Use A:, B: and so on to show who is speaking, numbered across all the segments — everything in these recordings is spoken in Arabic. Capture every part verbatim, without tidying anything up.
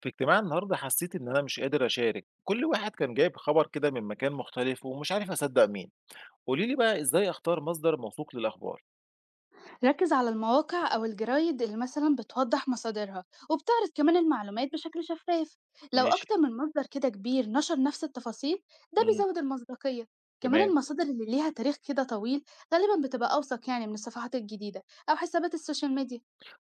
A: في اجتماع النهارده حسيت إن أنا مش قادر أشارك، كل واحد كان جايب خبر كده من مكان مختلف ومش عارف أصدق مين، قولي لي بقى إزاي أختار مصدر موثوق للأخبار؟
B: ركز على المواقع أو الجرايد اللي مثلا بتوضح مصادرها، وبتعرض كمان المعلومات بشكل شفاف. لو
A: ماشي،
B: أكتر من مصدر كده كبير نشر نفس التفاصيل، ده
A: إمم،
B: بيزود المصداقية. كمان
A: تمام،
B: المصادر اللي ليها تاريخ كده طويل غالبا بتبقى أوثق يعني من الصفحات الجديدة أو حسابات السوشيال ميديا.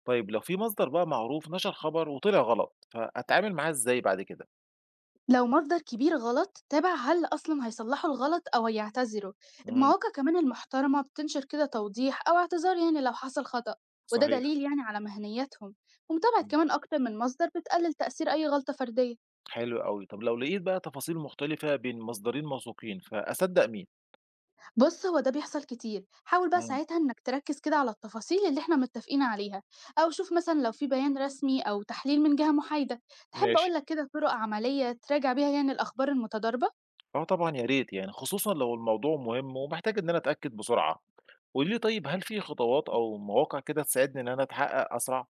A: طيب لو في مصدر بقى معروف نشر خبر وطلع غلط، فأتعامل معاه إزاي بعد كده؟
B: لو مصدر كبير غلط، تابع هل أصلا هيصلحوا الغلط أو هيعتذروا.
A: إمم،
B: المواقع كمان المحترمة بتنشر كده توضيح أو اعتذار يعني لو حصل خطأ، وده
A: صحيح،
B: دليل يعني على مهنيتهم. ومتابعة
A: إمم،
B: كمان أكتر من مصدر بتقلل تأثير أي غلطة فردية.
A: حلو أوي، طب لو لقيت بقى تفاصيل مختلفة بين مصدرين موثوقين فأصدق مين؟
B: بص، هو ده بيحصل كتير. حاول بقى
A: إمم،
B: ساعتها إنك تركز كده على التفاصيل اللي إحنا متفقين عليها، أو شوف مثلا لو في بيان رسمي أو تحليل من جهة محايدة. تحب
A: ماشي.
B: أقولك كده طرق عملية تراجع بيها يعني الأخبار المتضاربة؟
A: آه طبعًا يا ريت، يعني خصوصًا لو الموضوع مهم ومحتاج إن أنا أتأكد بسرعة. قولي لي طيب هل في خطوات أو مواقع كده تساعدني إن أنا أتحقق أسرع؟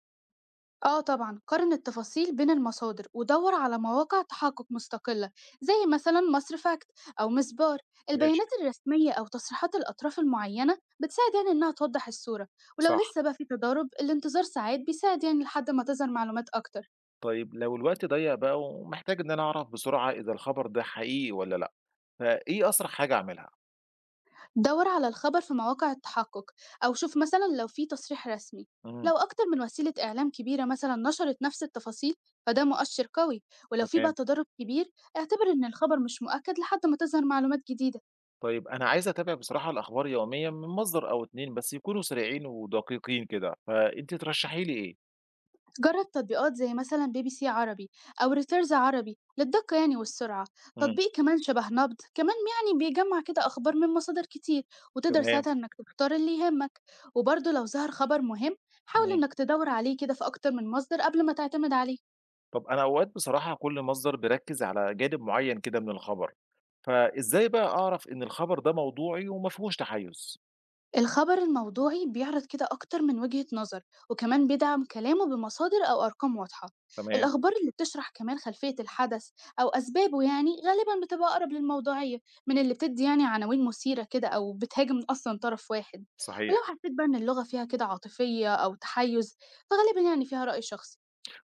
B: آه طبعًا، قارن التفاصيل بين المصادر ودوّر على مواقع تحقق مستقلة، زي مثلًا مصر فاكت أو مسبار.
A: ماشي.
B: البيانات الرسمية أو تصريحات الأطراف المعينة بتساعد يعني إنها توضح الصورة. ولو
A: صح.
B: لسه بقى في تضارب، الانتظار ساعات بيساعد يعني لحد ما تظهر معلومات أكتر.
A: طيب لو الوقت ضيّق بقى ومحتاج إن أنا أعرف بسرعة إذا الخبر ده حقيقي والّا لأ، فإيه أسرع حاجة أعملها؟
B: دور على الخبر في مواقع التحقق، أو شوف مثلًا لو في تصريح رسمي.
A: إمم.
B: لو أكتر من وسيلة إعلام كبيرة مثلًا نشرت نفس التفاصيل، فده مؤشر قوي. ولو في بقى
A: تمام.
B: تضارب كبير، اعتبر إن الخبر مش مؤكد لحد ما تظهر معلومات جديدة.
A: طيب أنا عايز أتابع بصراحة الأخبار يوميًا من مصدر أو اتنين بس يكونوا سريعين ودقيقين كده، فأنتِ ترشحي لي إيه؟
B: جرب تطبيقات زي مثلا بي بي سي عربي أو ريتيرز عربي للدقة يعني والسرعة.
A: إمم.
B: تطبيق كمان شبه نبض كمان يعني بيجمع كده أخبار من مصادر كتير، وتقدر
A: تمام.
B: ساعتها إنك تختار اللي يهمك. وبرضه لو ظهر خبر مهم، حاول
A: إمم.
B: إنك تدور عليه كده في أكتر من مصدر قبل ما تعتمد عليه.
A: طب أنا أوقات بصراحة كل مصدر بيركز على جانب معين كده من الخبر، فإزاي بقى أعرف إن الخبر ده موضوعي وما فيهوش تحيز؟
B: الخبر الموضوعي بيعرض كده أكتر من وجهة نظر، وكمان بيدعم كلامه بمصادر أو أرقام واضحة.
A: تمام،
B: الأخبار اللي بتشرح كمان خلفية الحدث أو أسبابه يعني غالبا بتبقى أقرب للموضوعية من اللي بتدي يعني عناوين مثيرة كده أو بتهاجم أصلا طرف واحد. ولو
A: صحيح.
B: حسيت بقى إن اللغة فيها كده عاطفية أو تحيز، فغالبا يعني فيها رأي شخصي.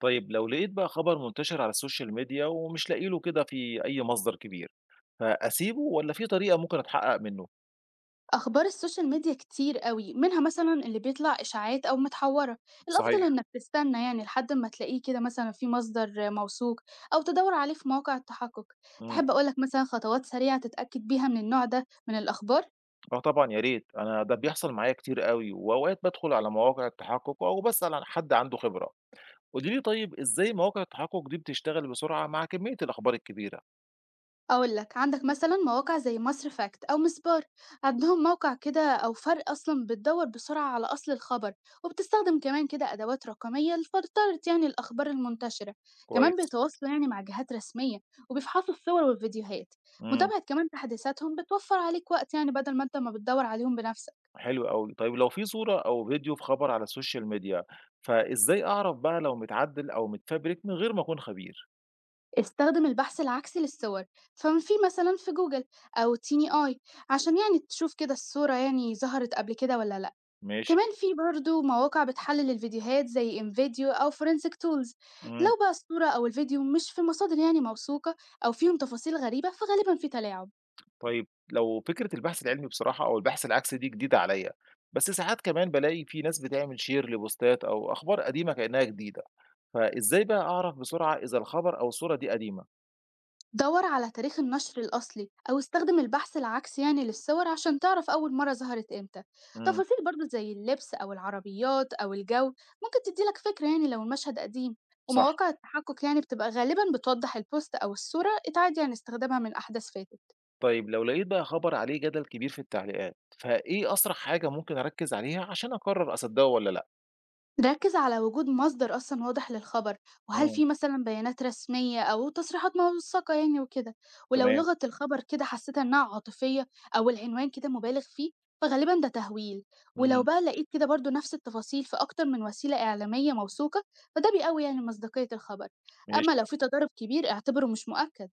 A: طيب لو لقيت بقى خبر منتشر على السوشيال ميديا ومش لاقي له كده في أي مصدر كبير، فأسيبه ولا في طريقة ممكن أتحقق منه؟
B: أخبار السوشيال ميديا كتير قوي منها مثلا اللي بيطلع إشاعات أو متحورة. الأفضل
A: صحيح.
B: إنك تستنى يعني لحد ما تلاقيه كده مثلا في مصدر موثوق، أو تدور عليه في مواقع التحقق.
A: امم
B: تحب أقولك مثلا خطوات سريعة تتأكد بيها من النوع ده من الأخبار؟
A: اه طبعا يا ريت انا ده بيحصل معايا كتير قوي واوقات بدخل على مواقع التحقق او بسأل عن حد عنده خبرة قولي لي طيب ازاي مواقع التحقق دي بتشتغل بسرعة مع كمية الاخبار الكبيرة
B: أقول لك، عندك مثلا مواقع زي مصر فاكت أو مسبار. عندهم موقع كده أو فرق أصلا بتدور بسرعة على أصل الخبر، وبتستخدم كمان كده أدوات رقمية لفلترة يعني الأخبار المنتشرة. كمان
A: كويس
B: بيتواصلوا يعني مع جهات رسمية وبيفحصوا الصور والفيديوهات.
A: مم.
B: متابعة كمان تحديثاتهم بتوفر عليك وقت يعني بدل ما أنت ما بتدور عليهم بنفسك.
A: حلو أوي. طيب لو في صورة أو فيديو في خبر على السوشيال ميديا، فإزاي أعرف بقى لو متعدِّل أو متفبرك من غير ما أكون خبير؟
B: استخدم البحث العكسي للصور، فما في مثلا في جوجل أو تيني آي، عشان يعني تشوف كده الصورة يعني ظهرت قبل كده ولا لأ.
A: ماشي.
B: كمان في برضه مواقع بتحلل الفيديوهات زي انفيديو أو فورنسيك تولز.
A: إمم.
B: لو بقى الصورة أو الفيديو مش في مصادر يعني موثوقة، أو فيهم تفاصيل غريبة، فغالبا في تلاعب.
A: طيب لو فكرة البحث العلمي بصراحة أو البحث العكسي دي جديدة عليّا، بس ساعات كمان بالاقي في ناس بتعمل شير لبوستات أو أخبار قديمة كإنّها جديدة، فإزاي بقى أعرف بسرعة إذا الخبر أو الصورة دي قديمة؟
B: دور على تاريخ النشر الأصلي أو استخدم البحث العكسي يعني للصور عشان تعرف أول مرة ظهرت إمتى.
A: إمم،
B: تفاصيل برضه زي اللبس أو العربيات أو الجو ممكن تديلك فكرة يعني لو المشهد قديم.
A: صح.
B: ومواقع التحقق يعني بتبقى غالبا بتوضح البوست أو الصورة اتعاد يعني استخدامها من أحداث فاتت.
A: طيب لو لقيت بقى خبر عليه جدل كبير في التعليقات، فإيه أسرع حاجة ممكن أركِّز عليها عشان أقرر أصدّقه والّا لأ؟
B: ركز على وجود مصدر أصلا واضح للخبر، وهل
A: إمم،
B: في مثلا بيانات رسمية أو تصريحات موثقة يعني وكده. ولو
A: تمام.
B: لغة الخبر كده حسيت إنها عاطفية، أو العنوان كده مبالغ فيه، فغالبا ده تهويل. ولو
A: إمم،
B: بقى لقيت كده برضو نفس التفاصيل في أكتر من وسيلة إعلامية موثوقة، فده بيقوي يعني مصداقية الخبر. أما
A: ماشي.
B: لو في تضارب كبير، اعتبره مش مؤكد.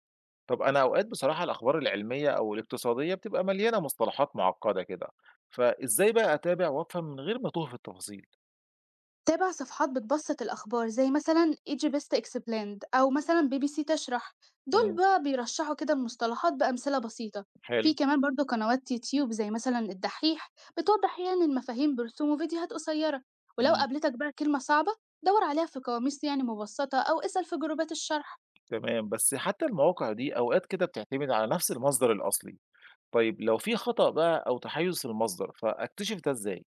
A: طب أنا أوقات بصراحة الأخبار العلمية أو الاقتصادية بتبقى مليانة مصطلحات معقدة كده، فإزاي بقى أتابع وأفهم من غير ما أتوه في التفاصيل؟
B: تابع صفحات بتبسط الأخبار زي مثلا ايجي بيست اكسبلاند أو مثلا بي بي سي تشرح. دول
A: إمم،
B: بقى بيرشحوا كده المصطلحات بأمثلة بسيطة.
A: حلو،
B: في كمان برضو قنوات يوتيوب زي مثلا الدحيح، بتوضح يعني المفاهيم برسوم وفيديوهات قصيرة. ولو
A: إمم،
B: قابلتك بقى كلمة صعبة، دور عليها في قواميس يعني مبسطة أو اسأل في جروبات الشرح.
A: تمام، بس حتى المواقع دي أوقات كده بتعتمد على نفس المصدر الأصلي، طيب لو في خطأ بقى أو تحيز في المصدر فأكتشف ده إزاي؟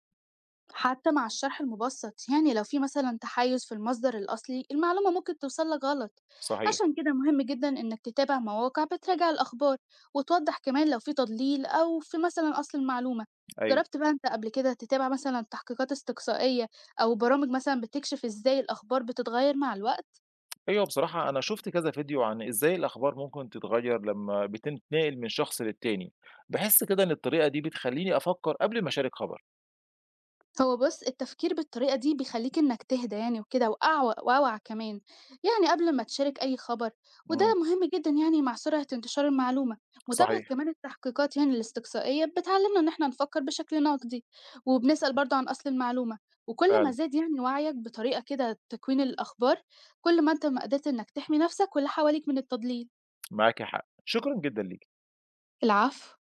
B: حتى مع الشرح المبسط يعني لو في مثلا تحيز في المصدر الأصلي، المعلومة ممكن توصلك غلط.
A: صحيح،
B: عشان كده مهم جدا إنك تتابع مواقع بتراجع الأخبار، وتوضح كمان لو في تضليل أو في مثلا أصل المعلومة.
A: أيوه،
B: جربت بقى أنت قبل كده تتابع مثلا تحقيقات استقصائية أو برامج مثلا بتكشف إزاي الأخبار بتتغير مع الوقت؟
A: أيوه بصراحة أنا شُفت كذا فيديو عن إزاي الأخبار ممكن تتغير لمّا بتتنقل من شخص للتاني، باحس كده إن الطريقة دي بتخلّيني أفكر قبل ما أشارك خبر،
B: هو بُص، التفكير بالطريقة دي بيخلّيك إنك تهدى يعني وكده وأعو وأوعى كمان، يعني قبل ما تشارك أي خبر، وده
A: إمم،
B: مهم جدًا يعني مع سرعة انتشار المعلومة. متابعة
A: صحيح،
B: كمان التحقيقات يعني الاستقصائية بتعلمنا إن إحنا نفكر بشكل نقدي، وبنسأل برضه عن أصل المعلومة. وكل ما
A: فعلًا.
B: زاد يعني وعيك بطريقة كده تكوين الأخبار، كل ما أنت ما قدرت إنك تحمي نفسك واللي حواليك من التضليل.
A: معاكِ حق، شكرًا جدًا ليكِ.
B: العفو.